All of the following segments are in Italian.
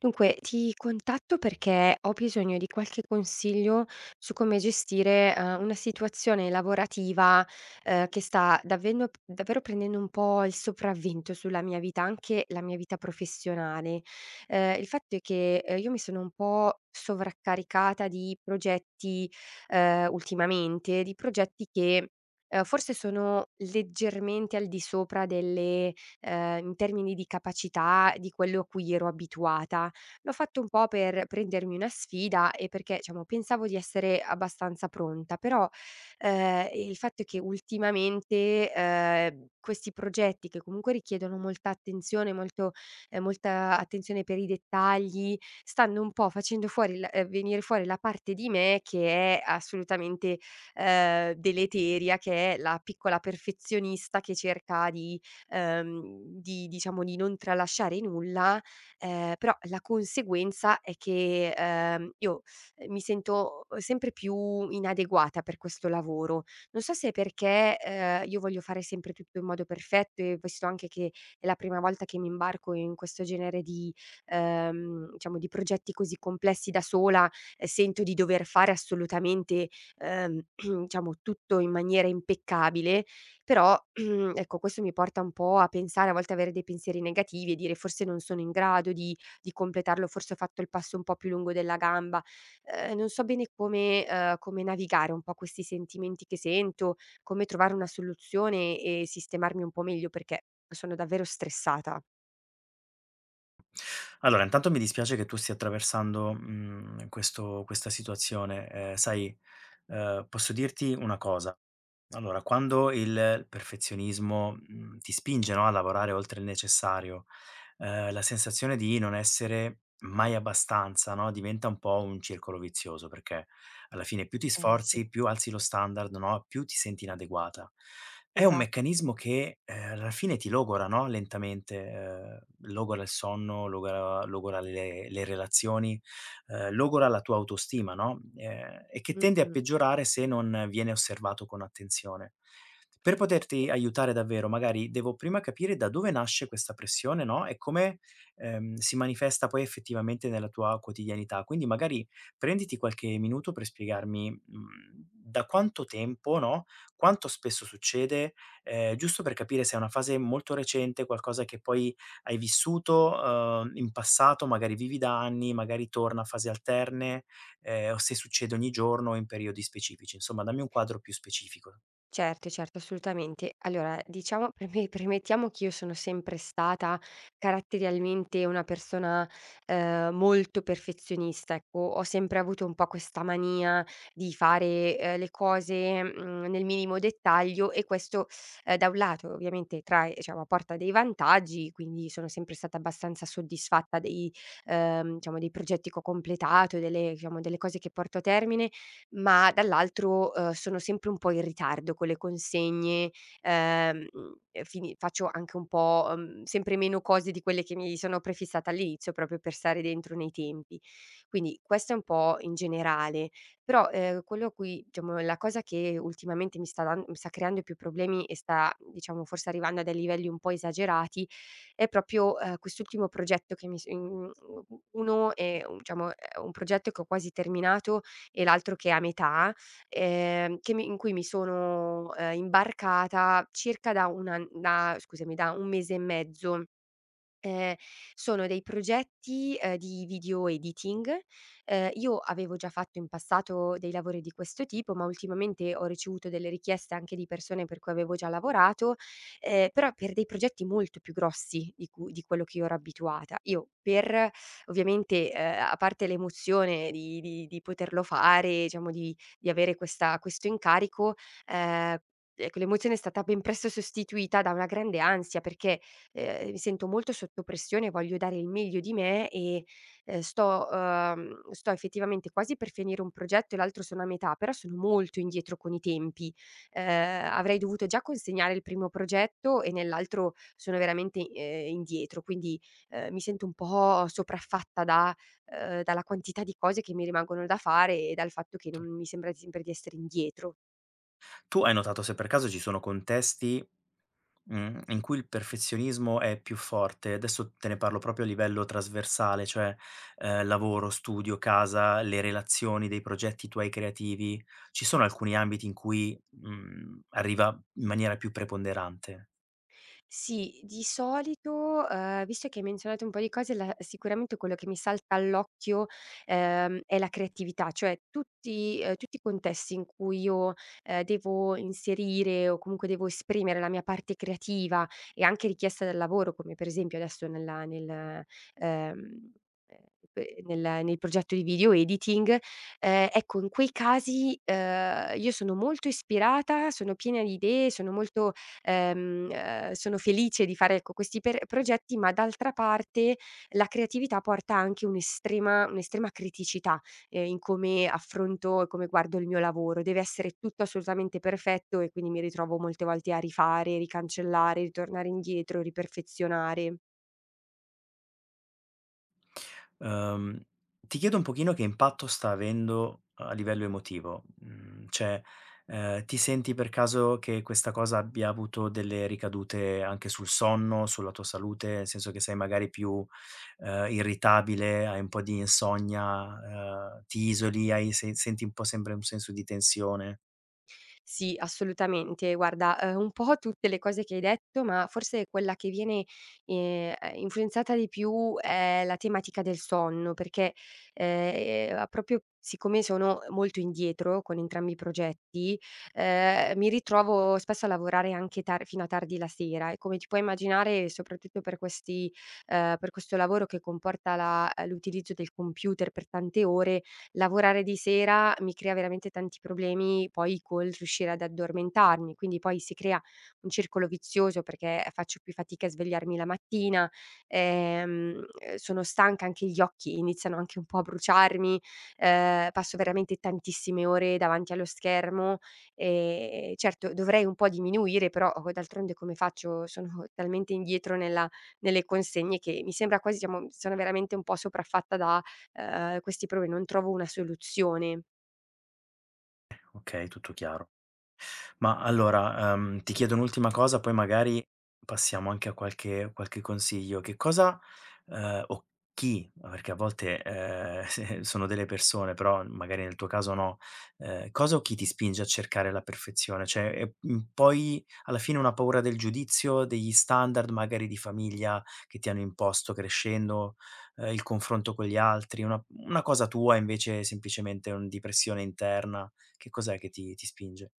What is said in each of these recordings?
Dunque, ti contatto perché ho bisogno di qualche consiglio su come gestire, una situazione lavorativa, che sta davvendo davvero prendendo un po' il sopravvento sulla mia vita, anche la mia vita professionale. Il fatto è che, io mi sono un po' sovraccaricata di progetti, ultimamente, di progetti che, forse sono leggermente al di sopra delle in termini di capacità, di quello a cui ero abituata. L'ho fatto un po' per prendermi una sfida e perché, diciamo, pensavo di essere abbastanza pronta, però, il fatto è che ultimamente, questi progetti che comunque richiedono molta attenzione, molto molta attenzione per i dettagli, stanno un po' facendo fuori l venire fuori la parte di me che è assolutamente, deleteria, che è la piccola perfezionista che cerca ehm, di diciamo, di non tralasciare nulla. Però la conseguenza è che, io, mi sento sempre più inadeguata per questo lavoro. Non so se è perché, io voglio fare sempre tutto in modo perfetto e visto anche che è la prima volta che mi imbarco in questo genere di, diciamo di progetti così complessi da sola, sento di dover fare assolutamente, ehm, diciamo tutto in maniera impeccabile. Però, ecco, questo mi porta un po' a pensare, a volte avere dei pensieri negativi e dire: "Forse non sono in grado di completarlo, forse ho fatto il passo un po' più lungo della gamba". Non so bene come come navigare un po' questi sentimenti che sento, come trovare una soluzione e sistemarmi un po' meglio, perché sono davvero stressata. Allora, intanto mi dispiace che tu stia attraversando, questo questa situazione. Sai, posso dirti una cosa allora, quando il perfezionismo, ti spinge, no, a lavorare oltre il necessario, la sensazione di non essere mai abbastanza, no, diventa un po' un circolo vizioso, perché alla fine più ti Sì. sforzi, più alzi lo standard, no, più ti senti inadeguata. È un Esatto. meccanismo che, alla fine ti logora, no, lentamente, logora il sonno, logora le relazioni, logora la tua autostima, no, e che tende a Mh-mh. peggiorare se non viene osservato con attenzione. Per poterti aiutare davvero, magari devo prima capire da dove nasce questa pressione, no, e come, si manifesta poi effettivamente nella tua quotidianità. Quindi magari prenditi qualche minuto per spiegarmi, da quanto tempo, no, quanto spesso succede, giusto per capire se è una fase molto recente, qualcosa che poi hai vissuto, in passato, magari vivi da anni, magari torna a fasi alterne, o se succede ogni giorno o in periodi specifici. Insomma, dammi un quadro più specifico. Certo, certo, assolutamente. Allora, diciamo, premettiamo che io sono sempre stata caratterialmente una persona, molto perfezionista, ecco. Ho sempre avuto un po' questa mania di fare, le cose, nel minimo dettaglio e questo, da un lato ovviamente trae diciamo porta dei vantaggi, quindi sono sempre stata abbastanza soddisfatta dei diciamo dei progetti che ho completato, delle diciamo delle cose che porto a termine, ma dall'altro, sono sempre un po' in ritardo con le consegne, ehm, e fini faccio anche un po', sempre meno cose di quelle che mi sono prefissata all'inizio, proprio per stare dentro nei tempi. Quindi questo è un po' in generale, però, quello a cui la cosa che ultimamente mi sta creando più problemi e sta, diciamo, forse arrivando a dei livelli un po' esagerati, è proprio, quest'ultimo progetto che uno è, diciamo, è un progetto che ho quasi terminato e l'altro che è a metà, che mi in cui mi sono, imbarcata circa da un an da scusami, da 1 mese e mezzo. Ehm, Sono dei progetti, di video editing. Io avevo già fatto in passato dei lavori di questo tipo, ma ultimamente ho ricevuto delle richieste anche di persone per cui avevo già lavorato, però per dei progetti molto più grossi di quello che io ero abituata. Io per Ovviamente, a parte l'emozione di poterlo fare, diciamo di avere questa questo incarico, ehm, ecco l'emozione è stata ben presto sostituita da una grande ansia perché mi sento molto sotto pressione, voglio dare il meglio di me e, sto effettivamente quasi per finire un progetto e l'altro sono a metà, però sono molto indietro con i tempi. Avrei dovuto già consegnare il primo progetto e nell'altro sono veramente, indietro, quindi, mi sento un po' sopraffatta da dalla quantità di cose che mi rimangono da fare e dal fatto che non mi sembra sempre di essere indietro. Tu hai notato se per caso ci sono contesti, in cui il perfezionismo è più forte? Adesso te ne parlo proprio a livello trasversale, cioè, lavoro, studio, casa, le relazioni dei progetti tuoi creativi. Ci sono alcuni ambiti in cui, arriva in maniera più preponderante? Sì, di solito, visto che hai menzionato un po' di cose, la sicuramente quello che mi salta all'occhio, è la creatività, cioè tutti i contesti in cui io, devo inserire o comunque devo esprimere la mia parte creativa e anche richiesta dal lavoro, come per esempio adesso nella nel ehm, pe nel nel progetto di video editing, ecco in quei casi, io sono molto ispirata, sono piena di idee, sono molto sono felice di fare, ecco, questi per progetti, ma d'altra parte la creatività porta anche un'estrema criticità, in come affronto e come guardo il mio lavoro. Deve essere tutto assolutamente perfetto e quindi mi ritrovo molte volte a rifare, ricancellare, ritornare indietro, riperfezionare. Ehm, ti chiedo un pochino che impatto sta avendo a livello emotivo, cioè, ti senti per caso che questa cosa abbia avuto delle ricadute anche sul sonno, sulla tua salute, nel senso che sei magari più, irritabile, hai un po' di insonnia, ti isoli, hai se senti un po' sempre un senso di tensione? Sì, assolutamente. Guarda, un po' tutte le cose che hai detto, ma forse quella che viene, influenzata di più è la tematica del sonno, perché, proprio siccome sono molto indietro con entrambi i progetti, mi ritrovo spesso a lavorare anche tar fino a tardi la sera e come ti puoi immaginare, soprattutto per questi per questo lavoro che comporta la l'utilizzo del computer per tante ore, lavorare di sera mi crea veramente tanti problemi poi col riuscire ad addormentarmi, quindi poi si crea un circolo vizioso perché faccio più fatica a svegliarmi la mattina, sono stanca, anche gli occhi iniziano anche un po' a bruciarmi, passo veramente tantissime ore davanti allo schermo, certo dovrei un po' diminuire però o d'altronde come faccio? Sono talmente indietro nella nelle consegne che mi sembra quasi siamo sono veramente un po' sopraffatta da questi problemi, non trovo una soluzione. Okay, tutto chiaro. Ma allora, ti chiedo un'ultima cosa, poi magari passiamo anche a qualche consiglio. Che cosa, o chi, perché a volte, se sono delle persone, però magari nel tuo caso no, cosa o chi ti spinge a cercare la perfezione? Cioè, è poi alla fine una paura del giudizio, degli standard magari di famiglia che ti hanno imposto crescendo, il confronto con gli altri, una cosa tua invece è semplicemente un di pressione interna, che cos'è che ti spinge?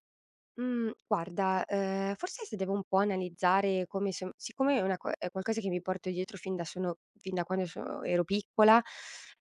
Mhmm, guarda, forse se devo un po' analizzare come son siccome è una co è qualcosa che mi porto dietro fin da quando ero piccola,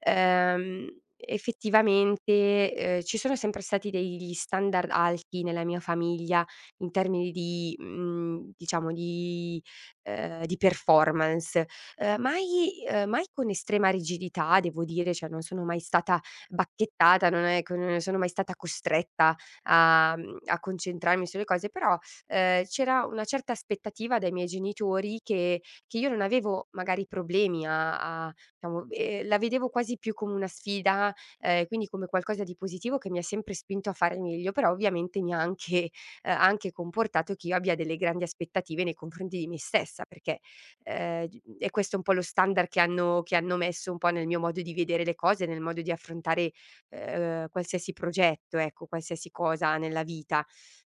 ehm, effettivamente, ci sono sempre stati degli standard alti nella mia famiglia in termini di diciamo di performance, mai con estrema rigidità devo dire, cioè non sono mai stata bacchettata, non è che non sono mai stata costretta a a concentrarmi sulle cose, però, c'era una certa aspettativa dai miei genitori che io non avevo magari problemi a diciamo, la vedevo quasi più come una sfida, quindi come qualcosa di positivo che mi ha sempre spinto a fare meglio, però ovviamente mi ha anche comportato che io abbia delle grandi aspettative nei confronti di me stessa, perché, d è questo è un po' lo standard che hanno messo un po' nel mio modo di vedere le cose, nel modo di affrontare qualsiasi progetto, ecco, qualsiasi cosa nella vita.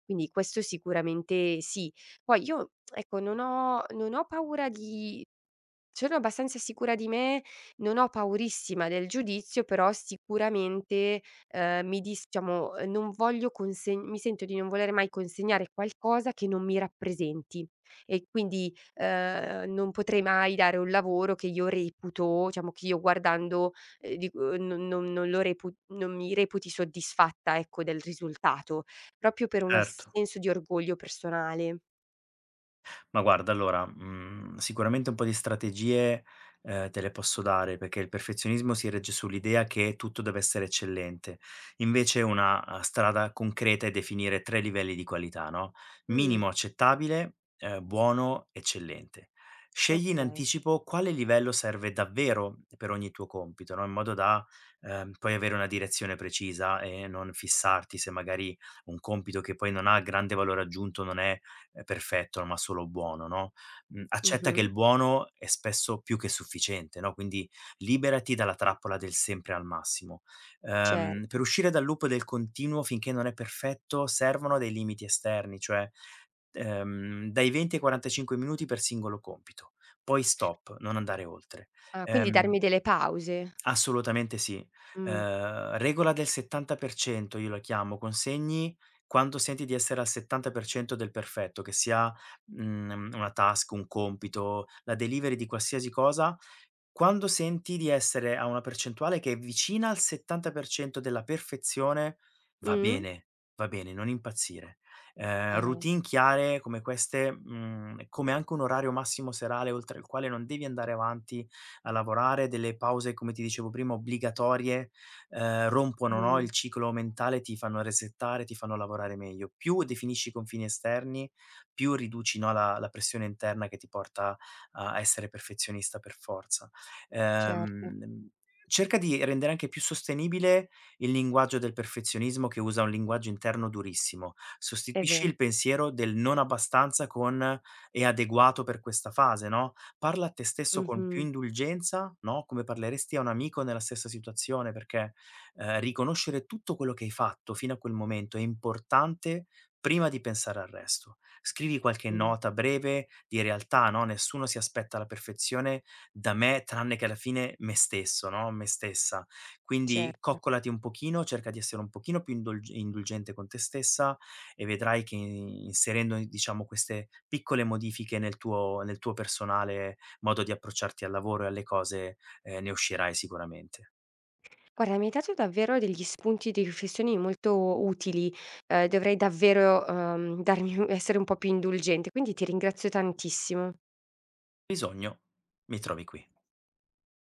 Quindi questo sicuramente sì. Poi io, ecco, non ho paura di sono abbastanza sicura di me, non ho paurissima del giudizio, però sicuramente, mi dis diciamo, non voglio consegn mi sento di non voler mai consegnare qualcosa che non mi rappresenti e quindi, non potrei mai dare un lavoro che io reputo diciamo che io guardando, dico non non non lo repu non mi reputi soddisfatta, ecco, del risultato, proprio per una Certo. senso di orgoglio personale. Ma guarda, allora, sicuramente un po' di strategie, te le posso dare, perché il perfezionismo si regge sull'idea che tutto deve essere eccellente. Invece una, strada concreta è definire 3 livelli di qualità, no: Mh. minimo accettabile, buono, eccellente. Scegli in Okay. anticipo quale livello serve davvero per ogni tuo compito, no, in modo da, poi avere una direzione precisa e non fissarti se magari un compito che poi non ha grande valore aggiunto, non è perfetto, ma solo buono, no, accetta che Mh-mh. il buono è spesso più che sufficiente, no, quindi liberati dalla trappola del sempre al massimo. Certo. Per uscire dal loop del continuo finché non è perfetto servono dei limiti esterni, cioè, dai 20 ai 45 minuti per singolo compito, poi stop, non andare oltre. Ah, quindi Ehm darmi delle pause. Assolutamente sì. Mh. Regola del 70% io la chiamo, consegni quando senti di essere al 70% del perfetto, che sia, una task, un compito, la delivery di qualsiasi cosa, quando senti di essere a una percentuale che è vicina al 70% della perfezione, va Mh? bene, va bene, non impazzire. Ah, Routine chiare come queste, come anche un orario massimo serale oltre il quale non devi andare avanti a lavorare, delle pause, come ti dicevo prima, obbligatorie, rompono, no, mh, il ciclo mentale, ti fanno resettare, ti fanno lavorare meglio. Più definisci i confini esterni, più riduci, no, la pressione interna che ti porta a essere perfezionista per forza. certo, Ehm, cerca di rendere anche più sostenibile il linguaggio del perfezionismo che usa un linguaggio interno durissimo. è Sostituisci vero. il pensiero del non abbastanza con è adeguato per questa fase, no, parla a te stesso con più Mh-mh, indulgenza, no, come parleresti a un amico nella stessa situazione, perché, riconoscere tutto quello che hai fatto fino a quel momento è importante prima di pensare al resto. Scrivi qualche mh, nota breve di realtà, no, nessuno si aspetta la perfezione da me tranne che alla fine me stesso, no, me stessa. Quindi certo. coccolati un pochino, cerca di essere un pochino più indulgente con te stessa e vedrai che inserendo, diciamo, queste piccole modifiche nel tuo personale modo di approcciarti al lavoro e alle cose, ne uscirai sicuramente. Guarda, mi hai dato davvero degli spunti di riflessioni molto utili, dovrei davvero, darmi essere un po' più indulgente, quindi ti ringrazio tantissimo. Bisogno, mi trovi qui.